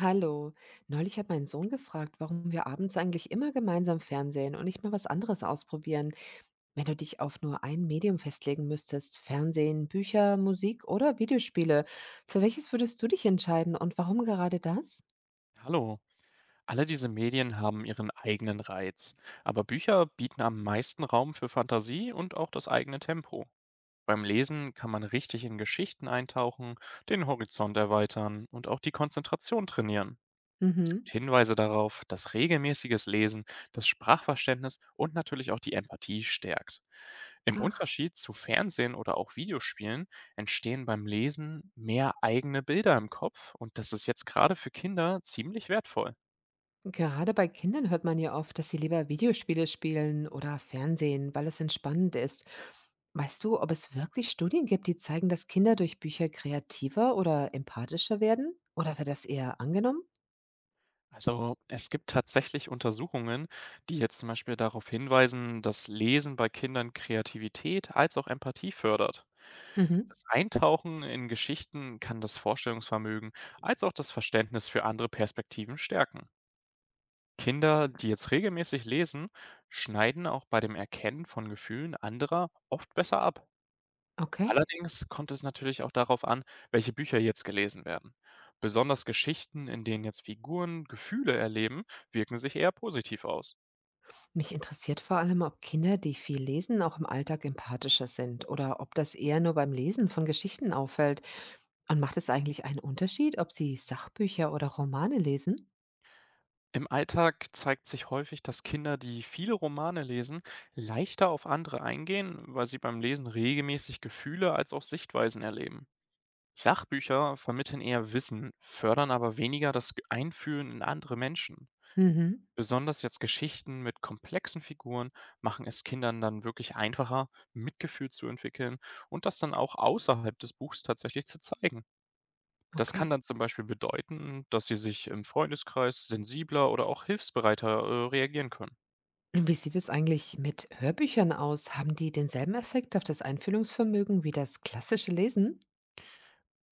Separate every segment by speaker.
Speaker 1: Hallo. Neulich hat mein Sohn gefragt, warum wir abends eigentlich immer gemeinsam Fernsehen und nicht mal was anderes ausprobieren. Wenn du dich auf nur ein Medium festlegen müsstest, Fernsehen, Bücher, Musik oder Videospiele, für welches würdest du dich entscheiden und warum gerade das?
Speaker 2: Hallo. Alle diese Medien haben ihren eigenen Reiz, aber Bücher bieten am meisten Raum für Fantasie und auch das eigene Tempo. Beim Lesen kann man richtig in Geschichten eintauchen, den Horizont erweitern und auch die Konzentration trainieren. Es
Speaker 1: Mhm.
Speaker 2: gibt Hinweise darauf, dass regelmäßiges Lesen das Sprachverständnis und natürlich auch die Empathie stärkt. Im
Speaker 1: Ach,
Speaker 2: Unterschied zu Fernsehen oder auch Videospielen entstehen beim Lesen mehr eigene Bilder im Kopf und das ist jetzt gerade für Kinder ziemlich wertvoll.
Speaker 1: gerade bei Kindern hört man ja oft, dass sie lieber Videospiele spielen oder Fernsehen, weil es entspannend ist. Weißt du, ob es wirklich Studien gibt, die zeigen, dass Kinder durch Bücher kreativer oder empathischer werden? Oder wird das eher angenommen?
Speaker 2: Also es gibt tatsächlich Untersuchungen, die jetzt zum Beispiel darauf hinweisen, dass Lesen bei Kindern Kreativität als auch Empathie fördert.
Speaker 1: Mhm.
Speaker 2: Das Eintauchen in Geschichten kann das Vorstellungsvermögen als auch das Verständnis für andere Perspektiven stärken. Kinder, die jetzt regelmäßig lesen, schneiden auch bei dem Erkennen von Gefühlen anderer oft besser ab.
Speaker 1: Okay.
Speaker 2: Allerdings kommt es natürlich auch darauf an, welche Bücher jetzt gelesen werden. Besonders Geschichten, in denen jetzt Figuren Gefühle erleben, wirken sich eher positiv aus.
Speaker 1: Mich interessiert vor allem, ob Kinder, die viel lesen, auch im Alltag empathischer sind oder ob das eher nur beim Lesen von Geschichten auffällt. Und macht es eigentlich einen Unterschied, ob sie Sachbücher oder Romane lesen?
Speaker 2: Im Alltag zeigt sich häufig, dass Kinder, die viele Romane lesen, leichter auf andere eingehen, weil sie beim Lesen regelmäßig Gefühle als auch Sichtweisen erleben. Sachbücher vermitteln eher Wissen, fördern aber weniger das Einfühlen in andere Menschen.
Speaker 1: Mhm.
Speaker 2: Besonders jetzt Geschichten mit komplexen Figuren machen es Kindern dann wirklich einfacher, Mitgefühl zu entwickeln und das dann auch außerhalb des Buchs tatsächlich zu zeigen. Das kann
Speaker 1: Okay.
Speaker 2: dann zum Beispiel bedeuten, dass sie sich im Freundeskreis sensibler oder auch hilfsbereiter reagieren können.
Speaker 1: Und wie sieht es eigentlich mit Hörbüchern aus? Haben die denselben Effekt auf das Einfühlungsvermögen wie das klassische Lesen?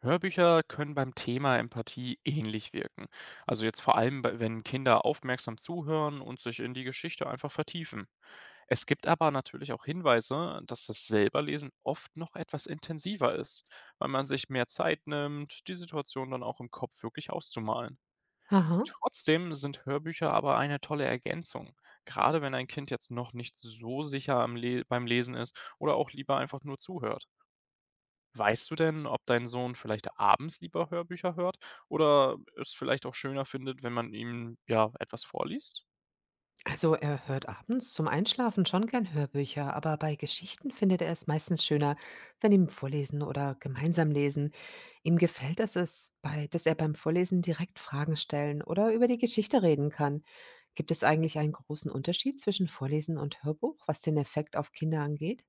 Speaker 2: Hörbücher können beim Thema Empathie ähnlich wirken. Also jetzt vor allem, wenn Kinder aufmerksam zuhören und sich in die Geschichte einfach vertiefen. Es gibt aber natürlich auch Hinweise, dass das Selberlesen oft noch etwas intensiver ist, weil man sich mehr Zeit nimmt, die Situation dann auch im Kopf wirklich auszumalen.
Speaker 1: Aha.
Speaker 2: Trotzdem sind Hörbücher aber eine tolle Ergänzung, gerade wenn ein Kind jetzt noch nicht so sicher am Le beim Lesen ist oder auch lieber einfach nur zuhört. Weißt du denn, ob dein Sohn vielleicht abends lieber Hörbücher hört oder es vielleicht auch schöner findet, wenn man ihm ja etwas vorliest?
Speaker 1: Also er hört abends zum Einschlafen schon gern Hörbücher, aber bei Geschichten findet er es meistens schöner, wenn ihm vorlesen oder gemeinsam lesen. Ihm gefällt es, es bei dass er beim Vorlesen direkt Fragen stellen oder über die Geschichte reden kann. Gibt es eigentlich einen großen Unterschied zwischen Vorlesen und Hörbuch, was den Effekt auf Kinder angeht?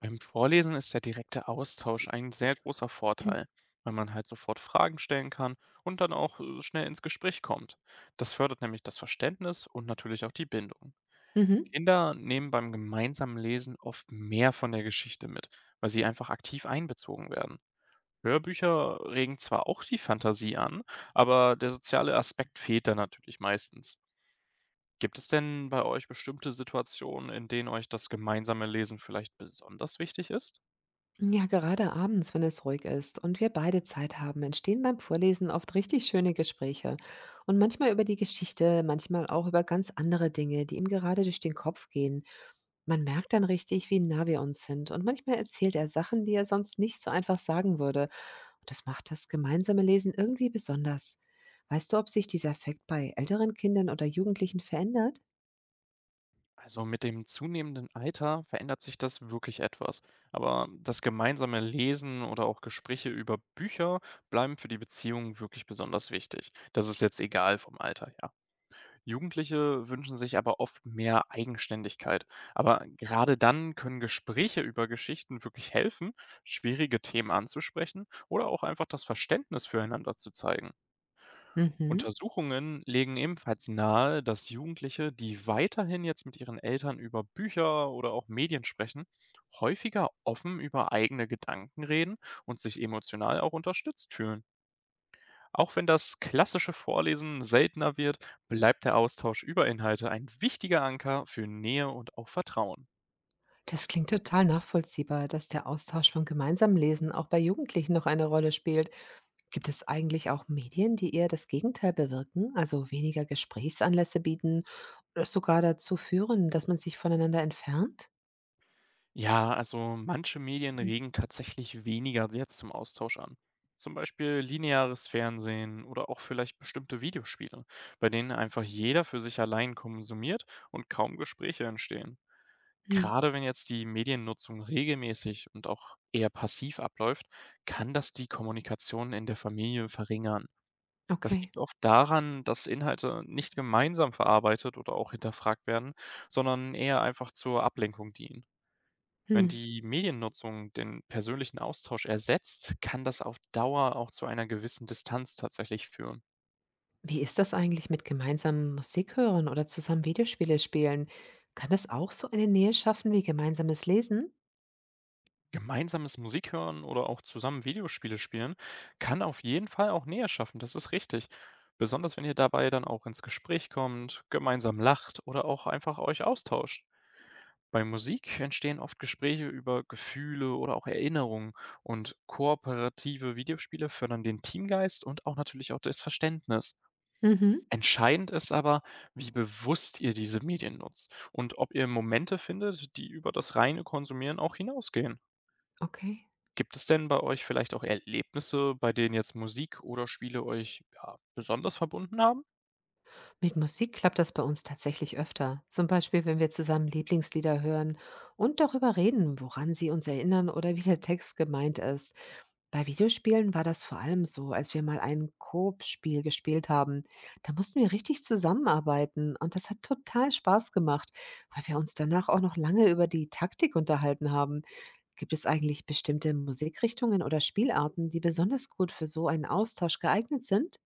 Speaker 2: Beim Vorlesen ist der direkte Austausch ein sehr großer Vorteil, weil man halt sofort Fragen stellen kann und dann auch schnell ins Gespräch kommt. Das fördert nämlich das Verständnis und natürlich auch die Bindung.
Speaker 1: Mhm.
Speaker 2: Kinder nehmen beim gemeinsamen Lesen oft mehr von der Geschichte mit, weil sie einfach aktiv einbezogen werden. Hörbücher regen zwar auch die Fantasie an, aber der soziale Aspekt fehlt da natürlich meistens. Gibt es denn bei euch bestimmte Situationen, in denen euch das gemeinsame Lesen vielleicht besonders wichtig ist?
Speaker 1: Ja, gerade abends, wenn es ruhig ist und wir beide Zeit haben, entstehen beim Vorlesen oft richtig schöne Gespräche. Und manchmal über die Geschichte, manchmal auch über ganz andere Dinge, die ihm gerade durch den Kopf gehen. Man merkt dann richtig, wie nah wir uns sind. Und manchmal erzählt er Sachen, die er sonst nicht so einfach sagen würde. Das macht das gemeinsame Lesen irgendwie besonders. Weißt du, ob sich dieser Effekt bei älteren Kindern oder Jugendlichen verändert?
Speaker 2: Also mit dem zunehmenden Alter verändert sich das wirklich etwas. Aber das gemeinsame Lesen oder auch Gespräche über Bücher bleiben für die Beziehungen wirklich besonders wichtig. Das ist jetzt egal vom Alter her. Jugendliche wünschen sich aber oft mehr Eigenständigkeit. Aber gerade dann können Gespräche über Geschichten wirklich helfen, schwierige Themen anzusprechen oder auch einfach das Verständnis füreinander zu zeigen.
Speaker 1: Mhm.
Speaker 2: Untersuchungen legen ebenfalls nahe, dass Jugendliche, die weiterhin jetzt mit ihren Eltern über Bücher oder auch Medien sprechen, häufiger offen über eigene Gedanken reden und sich emotional auch unterstützt fühlen. Auch wenn das klassische Vorlesen seltener wird, bleibt der Austausch über Inhalte ein wichtiger Anker für Nähe und auch Vertrauen.
Speaker 1: Das klingt total nachvollziehbar, dass der Austausch beim gemeinsamen Lesen auch bei Jugendlichen noch eine Rolle spielt. Gibt es eigentlich auch Medien, die eher das Gegenteil bewirken, also weniger Gesprächsanlässe bieten oder sogar dazu führen, dass man sich voneinander entfernt?
Speaker 2: Ja, also manche Medien regen tatsächlich weniger jetzt zum Austausch an. Zum Beispiel lineares Fernsehen oder auch vielleicht bestimmte Videospiele, bei denen einfach jeder für sich allein konsumiert und kaum Gespräche entstehen.
Speaker 1: Mhm.
Speaker 2: Gerade wenn jetzt die Mediennutzung regelmäßig und auch eher passiv abläuft, kann das die Kommunikation in der Familie verringern. Das
Speaker 1: Okay.
Speaker 2: liegt oft daran, dass Inhalte nicht gemeinsam verarbeitet oder auch hinterfragt werden, sondern eher einfach zur Ablenkung dienen. Wenn
Speaker 1: Hm.
Speaker 2: die Mediennutzung den persönlichen Austausch ersetzt, kann das auf Dauer auch zu einer gewissen Distanz tatsächlich führen.
Speaker 1: Wie ist das eigentlich mit gemeinsamen Musik hören oder zusammen Videospiele spielen? Kann das auch so eine Nähe schaffen wie gemeinsames Lesen?
Speaker 2: Gemeinsames Musik hören oder auch zusammen Videospiele spielen kann auf jeden Fall auch Nähe schaffen, das ist richtig. Besonders wenn ihr dabei dann auch ins Gespräch kommt, gemeinsam lacht oder auch einfach euch austauscht. Bei Musik entstehen oft Gespräche über Gefühle oder auch Erinnerungen und kooperative Videospiele fördern den Teamgeist und auch natürlich auch das Verständnis.
Speaker 1: Mhm.
Speaker 2: Entscheidend ist aber, wie bewusst ihr diese Medien nutzt und ob ihr Momente findet, die über das reine Konsumieren auch hinausgehen.
Speaker 1: Okay.
Speaker 2: Gibt es denn bei euch vielleicht auch Erlebnisse, bei denen jetzt Musik oder Spiele euch ja, besonders verbunden haben?
Speaker 1: Mit Musik klappt das bei uns tatsächlich öfter. Zum Beispiel, wenn wir zusammen Lieblingslieder hören und darüber reden, woran sie uns erinnern oder wie der Text gemeint ist. Bei Videospielen war das vor allem so, als wir mal ein koop spiel gespielt haben. Da mussten wir richtig zusammenarbeiten und das hat total Spaß gemacht, weil wir uns danach auch noch lange über die Taktik unterhalten haben. Gibt es eigentlich bestimmte Musikrichtungen oder Spielarten, die besonders gut für so einen Austausch geeignet sind?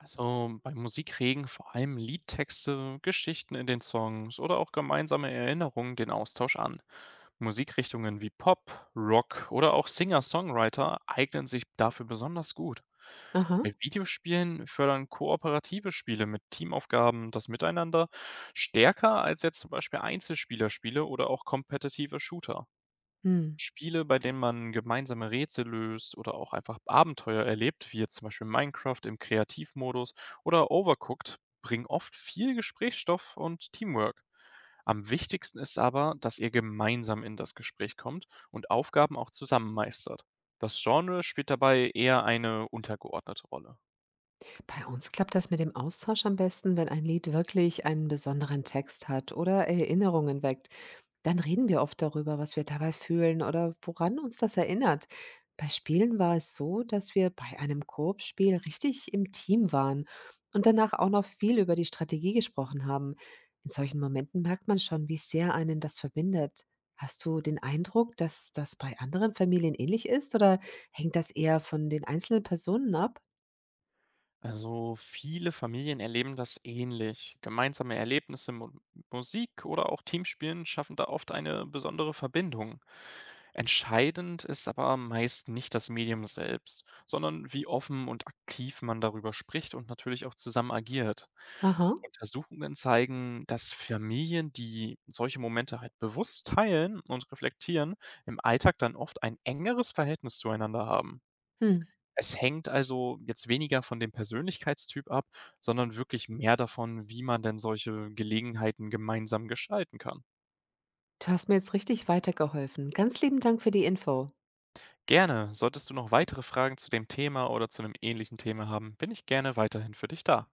Speaker 2: Also bei Musik regen vor allem Liedtexte, Geschichten in den Songs oder auch gemeinsame Erinnerungen den Austausch an. Musikrichtungen wie Pop, Rock oder auch Singer-Songwriter eignen sich dafür besonders gut.
Speaker 1: Aha.
Speaker 2: Bei Videospielen fördern kooperative Spiele mit Teamaufgaben das Miteinander stärker als jetzt zum Beispiel Einzelspielerspiele oder auch kompetitive Shooter.
Speaker 1: Hm.
Speaker 2: Spiele, bei denen man gemeinsame Rätsel löst oder auch einfach Abenteuer erlebt, wie jetzt zum Beispiel Minecraft im Kreativmodus oder Overcooked, bringen oft viel Gesprächsstoff und Teamwork. Am wichtigsten ist aber, dass ihr gemeinsam in das Gespräch kommt und Aufgaben auch zusammen meistert. Das Genre spielt dabei eher eine untergeordnete Rolle.
Speaker 1: Bei uns klappt das mit dem Austausch am besten, wenn ein Lied wirklich einen besonderen Text hat oder Erinnerungen weckt. Dann reden wir oft darüber, was wir dabei fühlen oder woran uns das erinnert. Bei Spielen war es so, dass wir bei einem Koop-Spiel richtig im Team waren und danach auch noch viel über die Strategie gesprochen haben. In solchen Momenten merkt man schon, wie sehr einen das verbindet. Hast du den Eindruck, dass das bei anderen Familien ähnlich ist oder hängt das eher von den einzelnen Personen ab?
Speaker 2: Also viele Familien erleben das ähnlich. Gemeinsame Erlebnisse, Mu Musik oder auch Teamspielen schaffen da oft eine besondere Verbindung. Entscheidend ist aber meist nicht das Medium selbst, sondern wie offen und aktiv man darüber spricht und natürlich auch zusammen agiert.
Speaker 1: Aha.
Speaker 2: Untersuchungen zeigen, dass Familien, die solche Momente halt bewusst teilen und reflektieren, im Alltag dann oft ein engeres Verhältnis zueinander haben.
Speaker 1: Hm.
Speaker 2: Es hängt also jetzt weniger von dem Persönlichkeitstyp ab, sondern wirklich mehr davon, wie man denn solche Gelegenheiten gemeinsam gestalten kann.
Speaker 1: Du hast mir jetzt richtig weitergeholfen. Ganz lieben Dank für die Info.
Speaker 2: Gerne. Solltest du noch weitere Fragen zu dem Thema oder zu einem ähnlichen Thema haben, bin ich gerne weiterhin für dich da.